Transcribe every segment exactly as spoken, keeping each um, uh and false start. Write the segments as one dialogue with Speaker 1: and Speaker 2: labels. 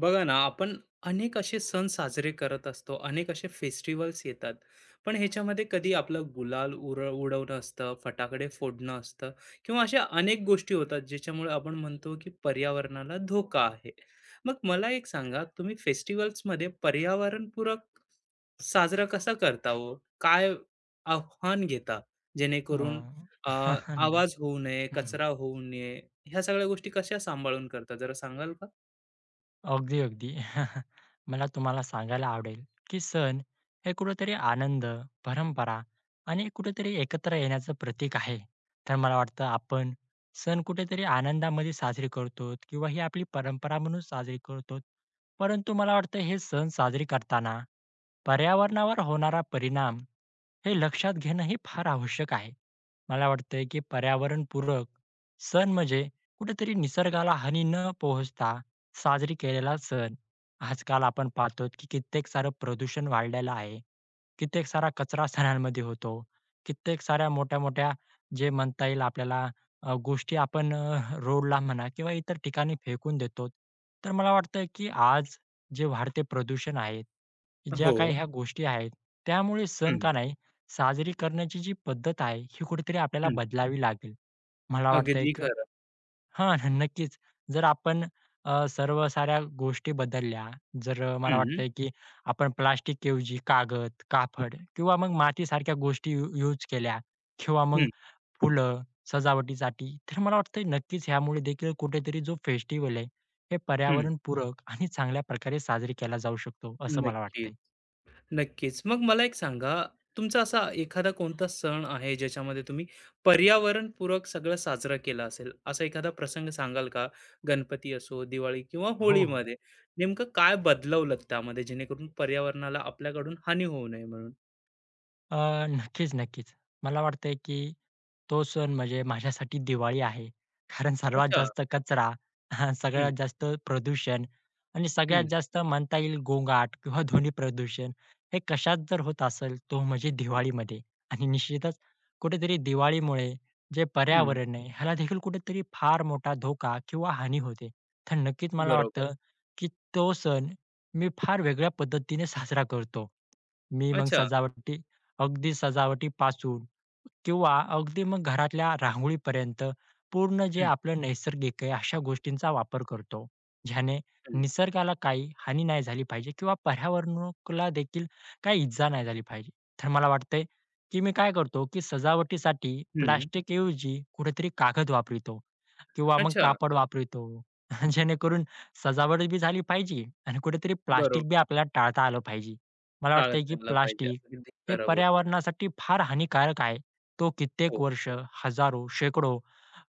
Speaker 1: बघा ना, आपण अनेक असे सण साजरे करत असतो, अनेक असे फेस्टिव्हल्स येतात. पण ह्याच्यामध्ये कधी आपलं गुलाल उर उडवणं असतं, फटाकडे फोडणं असतं किंवा अशा अनेक गोष्टी होतात, ज्याच्यामुळे आपण म्हणतो की पर्यावरणाला धोका आहे. मग मला एक सांगा, तुम्ही फेस्टिव्हल्समध्ये पर्यावरणपूरक साजरा कसा करता हो? काय आव्हान घेता?
Speaker 2: अ,
Speaker 1: जेणेकरून अ,
Speaker 2: नाही.
Speaker 1: आवाज होऊ नये,
Speaker 2: हं.
Speaker 1: कचरा होऊ नये, ह्या सगळ्या गोष्टी कशा सांभाळून करता, जरा सांगाल का?
Speaker 2: अगदी, अगदी. मला तुम्हाला सांगायला आवडेल, की सण हे कुठेतरी आनंद, परंपरा आणि कुठेतरी एकत्र येण्याचं प्रतीक आहे. तर मला वाटतं आपण सण कुठेतरी आनंदामध्ये साजरी करतो किंवा ही आपली परंपरा म्हणून साजरी करतो. परंतु मला वाटतं हे सण साजरी करताना पर्यावरणावर होणारा परिणाम हे लक्षात घेणं हे फार आवश्यक आहे. मला वाटतंय, की पर्यावरणपूरक सण म्हणजे कुठेतरी निसर्गाला हानी न पोहोचता साजरी केलेला सण. आजकाल आपण पाहतो, की कित्येक सारं प्रदूषण वाढलेलं आहे. कित्येक सारा कचरा सणांमध्ये होतो. कित्येक साऱ्या मोठ्या-मोठ्या जे म्हणता येईल आपल्याला अ, गोष्टी आपण अ, रोडला म्हणा किंवा इतर ठिकाणी फेकून देतो. तर मला वाटतं, की आज जे वाढते प्रदूषण आहे, ज्या
Speaker 1: हो.
Speaker 2: काही ह्या गोष्टी आहेत, त्यामुळे सण
Speaker 1: हं.
Speaker 2: का नाही साजरी करण्याची जी पद्धत आहे, ही कुठेतरी आपल्याला
Speaker 1: हं,
Speaker 2: बदलावी लागेल. मला वाटतंय
Speaker 1: अगदी
Speaker 2: क
Speaker 1: खरं.
Speaker 2: हां, नक्कीच. जर आपण अ, सर्व साऱ्या गोष्टी बदलल्या, जर अ, मला
Speaker 1: हं,
Speaker 2: वाटतंय की आपण प्लास्टिक ऐवजी कागद, कापड किंवा मग मातीसारख्या गोष्टी यू यूज केल्या किंवा मग
Speaker 1: हं,
Speaker 2: फुलं सजावटीसाठी, तर मला वाटतंय नक्कीच ह्यामुळे देखील कुठेतरी जो फेस्टिव्हल आहे, हे
Speaker 1: हं.
Speaker 2: पर्यावरणपूरक आणि चांगल्या प्रकारे साजरी केला जाऊ शकतो, असं मला
Speaker 1: नक्कीच,
Speaker 2: वाटतंय.
Speaker 1: नक्कीच. मग मला एक सांगा, तुमचा असा एखादा कोणता सण आहे, ज्याच्यामध्ये तुम्ही पर्यावरणपूरक सगळं साजरं केलं असेल, असा एखादा प्रसंग सांगाल का? गणपती असो, दिवाळी किंवा
Speaker 2: हो, हो.
Speaker 1: होळीमध्ये नेमकं काय बदलवलत त्यामध्ये, जेणेकरून पर्यावरणाला आपल्याकडून हानी होऊ नये म्हणून?
Speaker 2: अ, नक्कीच, नक्कीच. मला वाटतंय, की तो सण म्हणजे माझ्यासाठी दिवाळी आहे. कारण सर्वात
Speaker 1: अच्छा.
Speaker 2: जास्त कचरा,
Speaker 1: हं,
Speaker 2: सगळ्यात जास्त प्रदूषण आणि
Speaker 1: हं,
Speaker 2: सगळ्यात जास्त म्हणता येईल गोंगाट किंवा ध्वनी प्रदूषण हे कशात जर होत असेल, तो म्हणजे दिवाळीमध्ये. आणि निश्चितच कुठेतरी दिवाळीमुळे जे
Speaker 1: हं.
Speaker 2: पर्यावरण आहे, ह्याला देखील कुठेतरी फार मोठा धोका किंवा हानी होते. तर नक्कीच मला
Speaker 1: बरोबर.
Speaker 2: वाटतं, की तो सण मी फार वेगळ्या पद्धतीने साजरा करतो. मी मग
Speaker 1: अच्छा.
Speaker 2: सजावटी अगदी सजावटीपासून किंवा अगदी मग घरातल्या रांगोळीपर्यंत पूर्ण जे
Speaker 1: हं,
Speaker 2: आपलं नैसर्गिक आहे अशा गोष्टींचा वापर करतो. ज्याने
Speaker 1: हं,
Speaker 2: निसर्गाला काही हानी नाही झाली पाहिजे किंवा पर्यावरणाला देखील काही इजा नाही झाली पाहिजे. तर मला वाटतंय, की मी काय करतो, की सजावटीसाठी
Speaker 1: हं.
Speaker 2: प्लास्टिकऐवजी कुठेतरी कागद वापरतो. किंवा मग
Speaker 1: अच्छा.
Speaker 2: कापड वापरतो. जेणेकरून सजावट बी झाली पाहिजे आणि कुठेतरी प्लास्टिक बी
Speaker 1: बरोबर.
Speaker 2: आपल्याला टाळता आलं पाहिजे. मला वाटतंय
Speaker 1: टाळता
Speaker 2: की
Speaker 1: आला पाहिजे.
Speaker 2: प्लास्टिक
Speaker 1: अगदी
Speaker 2: हे
Speaker 1: खरं बोल
Speaker 2: पर्यावरणासाठी फार हानिकारक आहे. तो कित्येक
Speaker 1: हो.
Speaker 2: वर्ष, हजारो, शेकडो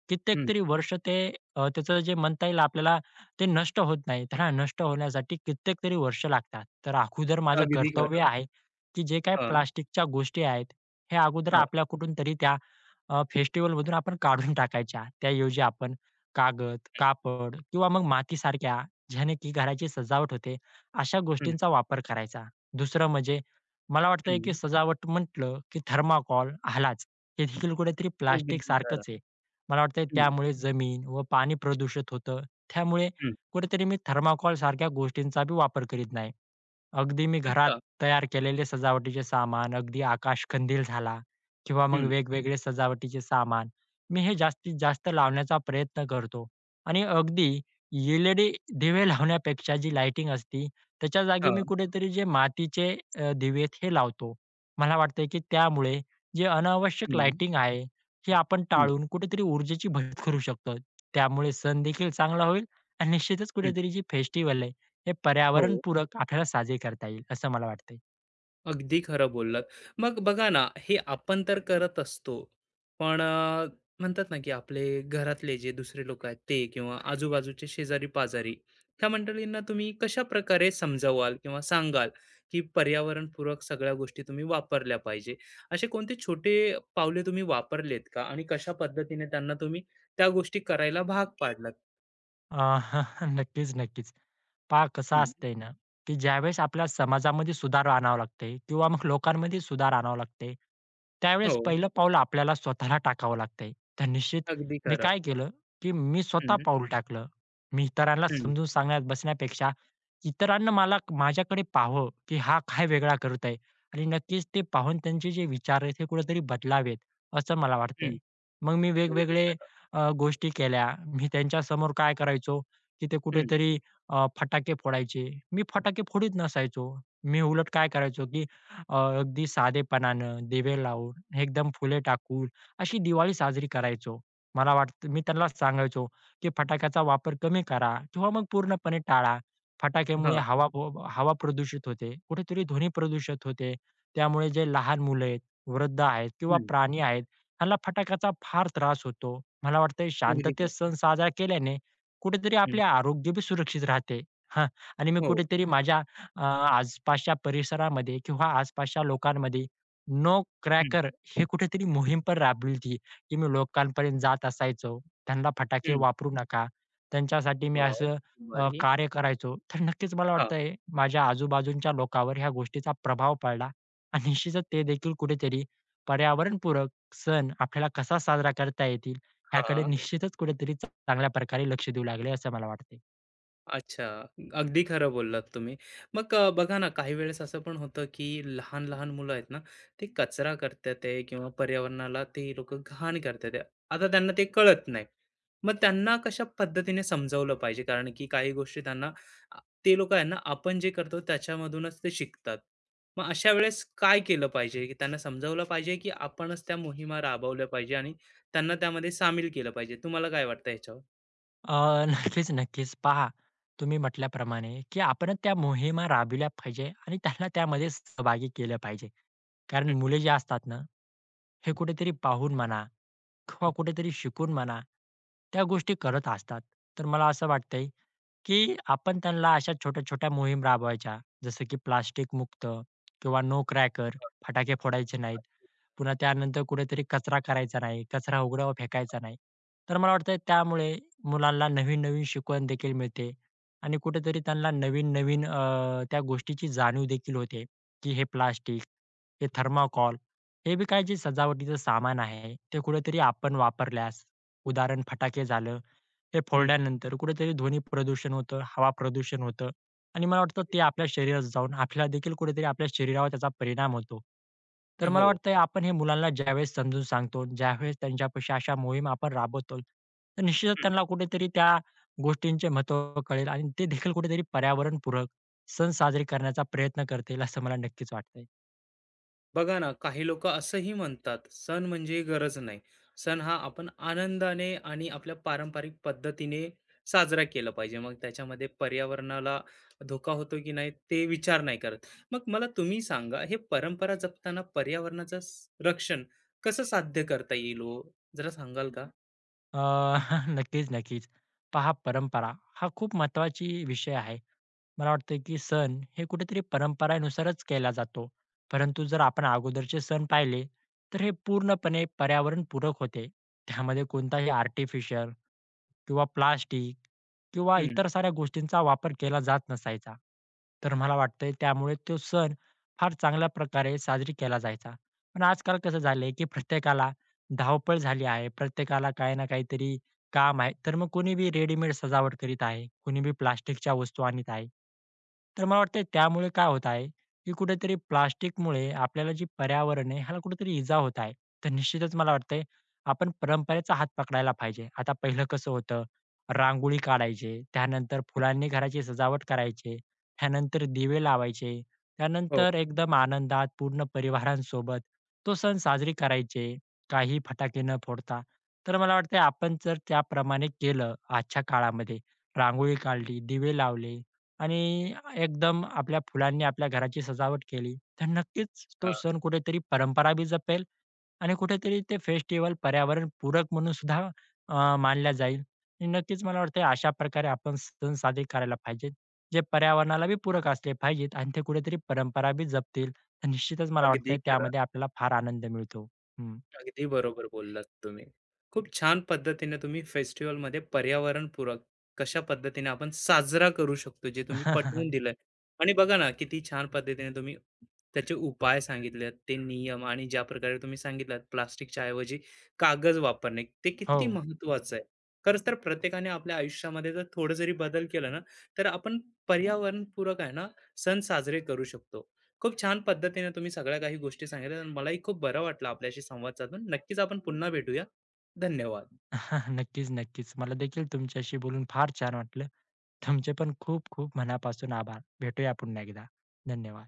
Speaker 2: कित्येक
Speaker 1: हं,
Speaker 2: तरी वर्ष ते अ, त्याचं जे म्हणता येईल आपल्याला ते नष्ट होत नाही. तर हा नष्ट होण्यासाठी कित्येक तरी वर्ष लागतात. तर अगोदर माझं
Speaker 1: अगदी
Speaker 2: कर्तव्य
Speaker 1: खरं.
Speaker 2: आहे, की जे काही
Speaker 1: हां,
Speaker 2: प्लास्टिकच्या गोष्टी आहेत, हे अगोदर
Speaker 1: हां.
Speaker 2: आपल्या कुठून तरी त्या अ, फेस्टिव्हलमधून आपण काढून टाकायच्या. त्याऐवजी आपण कागद, कापड किंवा मग मातीसारख्या ज्याने की घराची सजावट होते, अशा
Speaker 1: हं,
Speaker 2: गोष्टींचा वापर करायचा. दुसरं म्हणजे मला वाटतंय, की
Speaker 1: हं.
Speaker 2: सजावट म्हटलं, की थर्माकॉल आलाच. हे देखील कुठेतरी
Speaker 1: अगदी खरं.
Speaker 2: प्लास्टिकसारखंच आहे. मला वाटतंय
Speaker 1: हं,
Speaker 2: त्यामुळे जमीन व पाणी प्रदूषित होतं. त्यामुळे
Speaker 1: हं.
Speaker 2: कुठेतरी मी थर्माकोल सारख्या गोष्टींचा बी वापर करीत नाही. अगदी मी घरात
Speaker 1: अच्छा.
Speaker 2: तयार केलेले सजावटीचे सामान, अगदी आकाशकंदील झाला किंवा मग
Speaker 1: हं.
Speaker 2: वेगवेगळे सजावटीचे सामान, मी हे जास्तीत जास्त लावण्याचा प्रयत्न करतो. आणि अगदी एल-ई-डी दिवे लावण्यापेक्षा जी लाइटिंग असती, त्याच्या जागी मी
Speaker 1: हां.
Speaker 2: कुठेतरी जे मातीचे अ, दिवे आहेत हे लावतो. मला वाटतंय की त्यामुळे जे अनावश्यक
Speaker 1: हं,
Speaker 2: लाइटिंग आहे, हे आपण
Speaker 1: हं,
Speaker 2: टाळून कुठेतरी ऊर्जेची बचत करू शकतो. त्यामुळे सण देखील चांगला होईल आणि निश्चितच
Speaker 1: हं.
Speaker 2: कुठेतरी जी फेस्टिव्हल हे
Speaker 1: हो.
Speaker 2: पर्यावरणपूरक आपल्याला साजे करता येईल, असं मला वाटतंय.
Speaker 1: अगदी खरं बोललात. मग बघा ना, हे आपण तर करत असतो. पण अ, म्हणतात ना, की आपले घरातले जे दुसरे लोकं आहेत ते किंवा आजूबाजूचे शेजारी-पाजारी, ह्या मंडळींना तुम्ही कशाप्रकारे समजावाल किंवा सांगाल, की पर्यावरणपूरक सगळ्या गोष्टी तुम्ही वापरल्या पाहिजे? असे कोणते छोटे पावले तुम्ही वापरलेत का? आणि कशा पद्धतीने त्यांना तुम्ही त्या गोष्टी करायला भाग पाडलात?
Speaker 2: अ, नक्कीच, नक्कीच. पहा कसं
Speaker 1: हं.
Speaker 2: असतंय ना, की ज्यावेळेस आपल्या समाजामध्ये सुधार आणावं लागते किंवा मग लोकांमध्ये सुधार आणावं लागते, त्यावेळेस
Speaker 1: हो,
Speaker 2: पहिलं पाऊल आपल्याला स्वतःला टाकावं लागतंय. तर निश्चित
Speaker 1: अगदी
Speaker 2: मी
Speaker 1: खरं.
Speaker 2: काय केलं, की मी स्वतः
Speaker 1: हं,
Speaker 2: पाऊल टाकलं. मी इतरांना
Speaker 1: हं,
Speaker 2: समजून सांगण्यात बसण्यापेक्षा इतरांना मला माझ्याकडे पाहावं, की हा काय वेगळा करत आहे आणि नक्कीच ते पाहून त्यांचे जे विचार आहेत, हे कुठेतरी बदलावेत असं मला वाटतंय.
Speaker 1: हं.
Speaker 2: मग मी
Speaker 1: अगदी
Speaker 2: वेगवेगळे
Speaker 1: खरं.
Speaker 2: अ, गोष्टी केल्या. मी त्यांच्यासमोर काय करायचो, की ते
Speaker 1: हं.
Speaker 2: कुठेतरी अ, फटाके फोडायचे. मी फटाके फोडीत नसायचो. मी उलट काय करायचो, की अ, अगदी साधेपणानं दिवे लावून, एकदम फुले टाकून अशी दिवाळी साजरी करायचो. मला वाटतं मी त्यांना सांगायचो, की फटाक्याचा वापर कमी करा किंवा मग पूर्णपणे टाळा. फटाक्यामुळे
Speaker 1: हां.
Speaker 2: हवा प हवा प्रदूषित होते, कुठेतरी ध्वनी प्रदूषित होते. त्यामुळे जे लहान मुलं आहेत, वृद्ध आहेत किंवा
Speaker 1: हं.
Speaker 2: प्राणी आहेत, ह्यांना फटाक्याचा फार त्रास होतो. मला वाटतंय
Speaker 1: अगदी
Speaker 2: शांततेत
Speaker 1: खरं.
Speaker 2: सण साजरा केल्याने कुठेतरी आपले आरोग्य बी सुरक्षित राहते. हां. आणि मी
Speaker 1: हो.
Speaker 2: कुठेतरी माझ्या अ, आसपासच्या परिसरामध्ये किंवा आसपासच्या लोकांमध्ये नो
Speaker 1: हं,
Speaker 2: क्रॅकर हे कुठेतरी मोहीम पण राबवली होती, की मी लोकांपर्यंत जात असायचो. त्यांना फटाके
Speaker 1: हं.
Speaker 2: वापरू नका. त्यांच्यासाठी मी
Speaker 1: वॉव!
Speaker 2: असं अ,
Speaker 1: भारी.
Speaker 2: कार्य करायचो. तर नक्कीच मला
Speaker 1: हां,
Speaker 2: वाटतंय माझ्या आजूबाजूच्या लोकांवर ह्या गोष्टीचा प्रभाव पडला आणि निश्चितच ते देखील कुठेतरी सण आपल्याला कसा साजरा करता येतील ह्याकडे
Speaker 1: हां.
Speaker 2: निश्चितच कुठेतरी चांगल्या प्रकारे लक्ष देऊ लागले असं मला वाटते.
Speaker 1: अच्छा. अगदी खरं बोललात तुम्ही. मग अ, बघा ना, काही वेळेस असं पण होतं, की लहान-लहान मुलं आहेत ना, ते कचरा करतात आहे किंवा पर्यावरणाला ते लोकं घाण करतात आहे. आता त्यांना ते कळत नाही. मग त्यांना कशा पद्धतीने समजावलं पाहिजे? कारण की काही गोष्टी त्यांना आ, ते लोकं आहे ना, आपण जे करतो त्याच्यामधूनच ते शिकतात. मग अशा वेळेस काय केलं पाहिजे? की त्यांना समजावलं पाहिजे, की आपणच त्या मोहिमा राबवल्या पाहिजे आणि त्यांना त्यामध्ये सामील केलं पाहिजे. तुम्हाला काय वाटतं याच्यावर?
Speaker 2: अ, नक्कीच, नक्कीच. पहा तुम्ही म्हटल्याप्रमाणे, की आपण त्या मोहिमा राबविल्या पाहिजे आणि त्यांना त्यामध्ये सहभागी केलं पाहिजे. कारण
Speaker 1: हं,
Speaker 2: मुले जे असतात ना, हे कुठेतरी पाहून म्हणा किंवा कुठेतरी शिकून म्हणा, त्या गोष्टी करत असतात. तर मला असं वाटतंय की आपण त्यांना अशा छोट्या-छोट्या मोहीम राबवायच्या, जसं की प्लास्टिक मुक्त किंवा नो क्रॅकर फटाके फोडायचे नाहीत. पुन्हा त्यानंतर कुठेतरी कचरा करायचा नाही, कचरा उघड्यावर फेकायचा नाही. तर मला वाटतं त्यामुळे मुलांना नवीन-नवीन शिकवण देखील मिळते आणि कुठेतरी त्यांना नवीन-नवीन अ, त्या गोष्टीची जाणीव देखील होते, की हे प्लास्टिक, हे थर्माकॉल, हे बी काय जे सजावटीचं सामान आहे, ते कुठेतरी आपण वापरल्यास, उदाहरण फटाके झालं हे
Speaker 1: हं.
Speaker 2: फोडल्यानंतर कुठेतरी ध्वनी प्रदूषण होतं, हवा प्रदूषण होतं आणि मला वाटतं
Speaker 1: अगदी.
Speaker 2: ते आपल्या शरीरात जाऊन आपल्याला देखील कुठेतरी आपल्या शरीरावर त्याचा परिणाम होतो. तर मला
Speaker 1: हो.
Speaker 2: वाटतंय आपण हे मुलांना ज्यावेळेस समजून सांगतो, ज्यावेळेस त्यांच्यापाशी अशा मोहीम आपण राबवतो, तर निश्चितच त्यांना कुठेतरी त्या गोष्टींचे महत्त्व कळेल आणि ते देखील कुठेतरी पर्यावरणपूरक सण साजरे करण्याचा प्रयत्न करतील, असं मला नक्कीच वाटतंय.
Speaker 1: बघा ना, काही लोक असंही म्हणतात सण म्हणजे गरज नाही. सण हा आपण आनंदाने आणि आपल्या पारंपरिक पद्धतीने साजरा केला पाहिजे. मग त्याच्यामध्ये पर्यावरणाला धोका होतो की नाही ते विचार नाही करत. मग मला तुम्ही सांगा, हे परंपरा जपताना पर्यावरणाचं स- रक्षण कसं साध्य करता येईल हो? जरा सांगाल का?
Speaker 2: अ, नक्कीच, नक्कीच. पहा परंपरा हा खूप महत्त्वाची विषय आहे. मला वाटतं की सण हे कुठेतरी परंपरेनुसारच केला जातो. परंतु जर आपण अगोदरचे सण पाहिले, तर हे पूर्णपणे पर्यावरणपूरक होते. त्यामध्ये कोणताही आर्टिफिशियल किंवा प्लास्टिक किंवा
Speaker 1: हम्म.
Speaker 2: इतर साऱ्या गोष्टींचा वापर केला जात नसायचा. तर मला वाटतंय त्यामुळे तो सण फार चांगल्या प्रकारे साजरी केला जायचा. पण आजकाल कसं झालंय की प्रत्येकाला धावपळ झाली आहे. प्रत्येकाला काही ना काहीतरी काम आहे. तर मग कोणी बी रेडीमेड सजावट करीत आहे, कोणी बी प्लास्टिकच्या वस्तू आणीत आहे. तर मला वाटतंय त्यामुळे काय होत आहे, की कुठेतरी प्लास्टिकमुळे आपल्याला जी पर्यावरण आहे, ह्याला कुठेतरी इजा होत आहे. तर निश्चितच मला वाटतंय आपण परंपरेचा हात पकडायला पाहिजे. आता पहिलं कसं होतं, रांगोळी काढायचे, त्यानंतर फुलांनी घराची सजावट करायचे, त्यानंतर दिवे लावायचे,
Speaker 1: हो.
Speaker 2: त्यानंतर एकदम आनंदात पूर्ण परिवारांसोबत तो सण साजरी करायचे. काही फटाके न फोडता. तर मला वाटतंय आपण जर त्याप्रमाणे केलं आजच्या काळामध्ये, रांगोळी काढली, दिवे लावले आणि एकदम आपल्या फुलांनी आपल्या घराची सजावट केली, तर नक्कीच तो
Speaker 1: हा,
Speaker 2: सण कुठेतरी परंपरा बी जपेल आणि कुठेतरी ते फेस्टिव्हल पर्यावरणपूरक म्हणून सुद्धा अ, मानला जाईल. आणि नक्कीच मला वाटतंय अशा प्रकारे आपण सण साजरे करायला पाहिजेत, जे पर्यावरणाला बी पूरक असले पाहिजेत आणि ते कुठेतरी परंपरा बी जपतील. तर निश्चितच मला
Speaker 1: अगदी
Speaker 2: वाटतंय
Speaker 1: खरं.
Speaker 2: त्यामध्ये आपल्याला फार आनंद मिळतो. हं.
Speaker 1: अगदी बरोबर बोललात तुम्ही. खूप छान पद्धतीने तुम्ही फेस्टिव्हलमध्ये पर्यावरणपूरक कशा पद्धतीने आपण साजरा करू शकतो, जे तुम्ही पटवून दिलंय. आणि बघा ना, किती छान पद्धतीने तुम्ही त्याचे उपाय सांगितलेत, ते नियम आणि ज्या प्रकारे तुम्ही सांगितलात प्लास्टिकच्या ऐवजी कागद वापरणे, ते
Speaker 2: हो.
Speaker 1: किती महत्त्वाचं आहे. खरंच तर प्रत्येकाने आपल्या आयुष्यामध्ये जर थोडं जरी बदल केला ना, तर आपण पर्यावरणपूरक आहे ना, सण साजरे करू शकतो. खूप छान पद्धतीने तुम्ही सगळ्या काही गोष्टी सांगितल्या आणि मलाही खूप बरं वाटलं आपल्याशी संवाद साधून. नक्कीच आपण पुन्हा भेटूया. धन्यवाद.
Speaker 2: नक्कीच, नक्कीच. मला देखील तुमच्याशी बोलून फार छान वाटलं. तुमचे पण खूप खूप मनापासून आभार. भेटूया पुन्हा एकदा. धन्यवाद.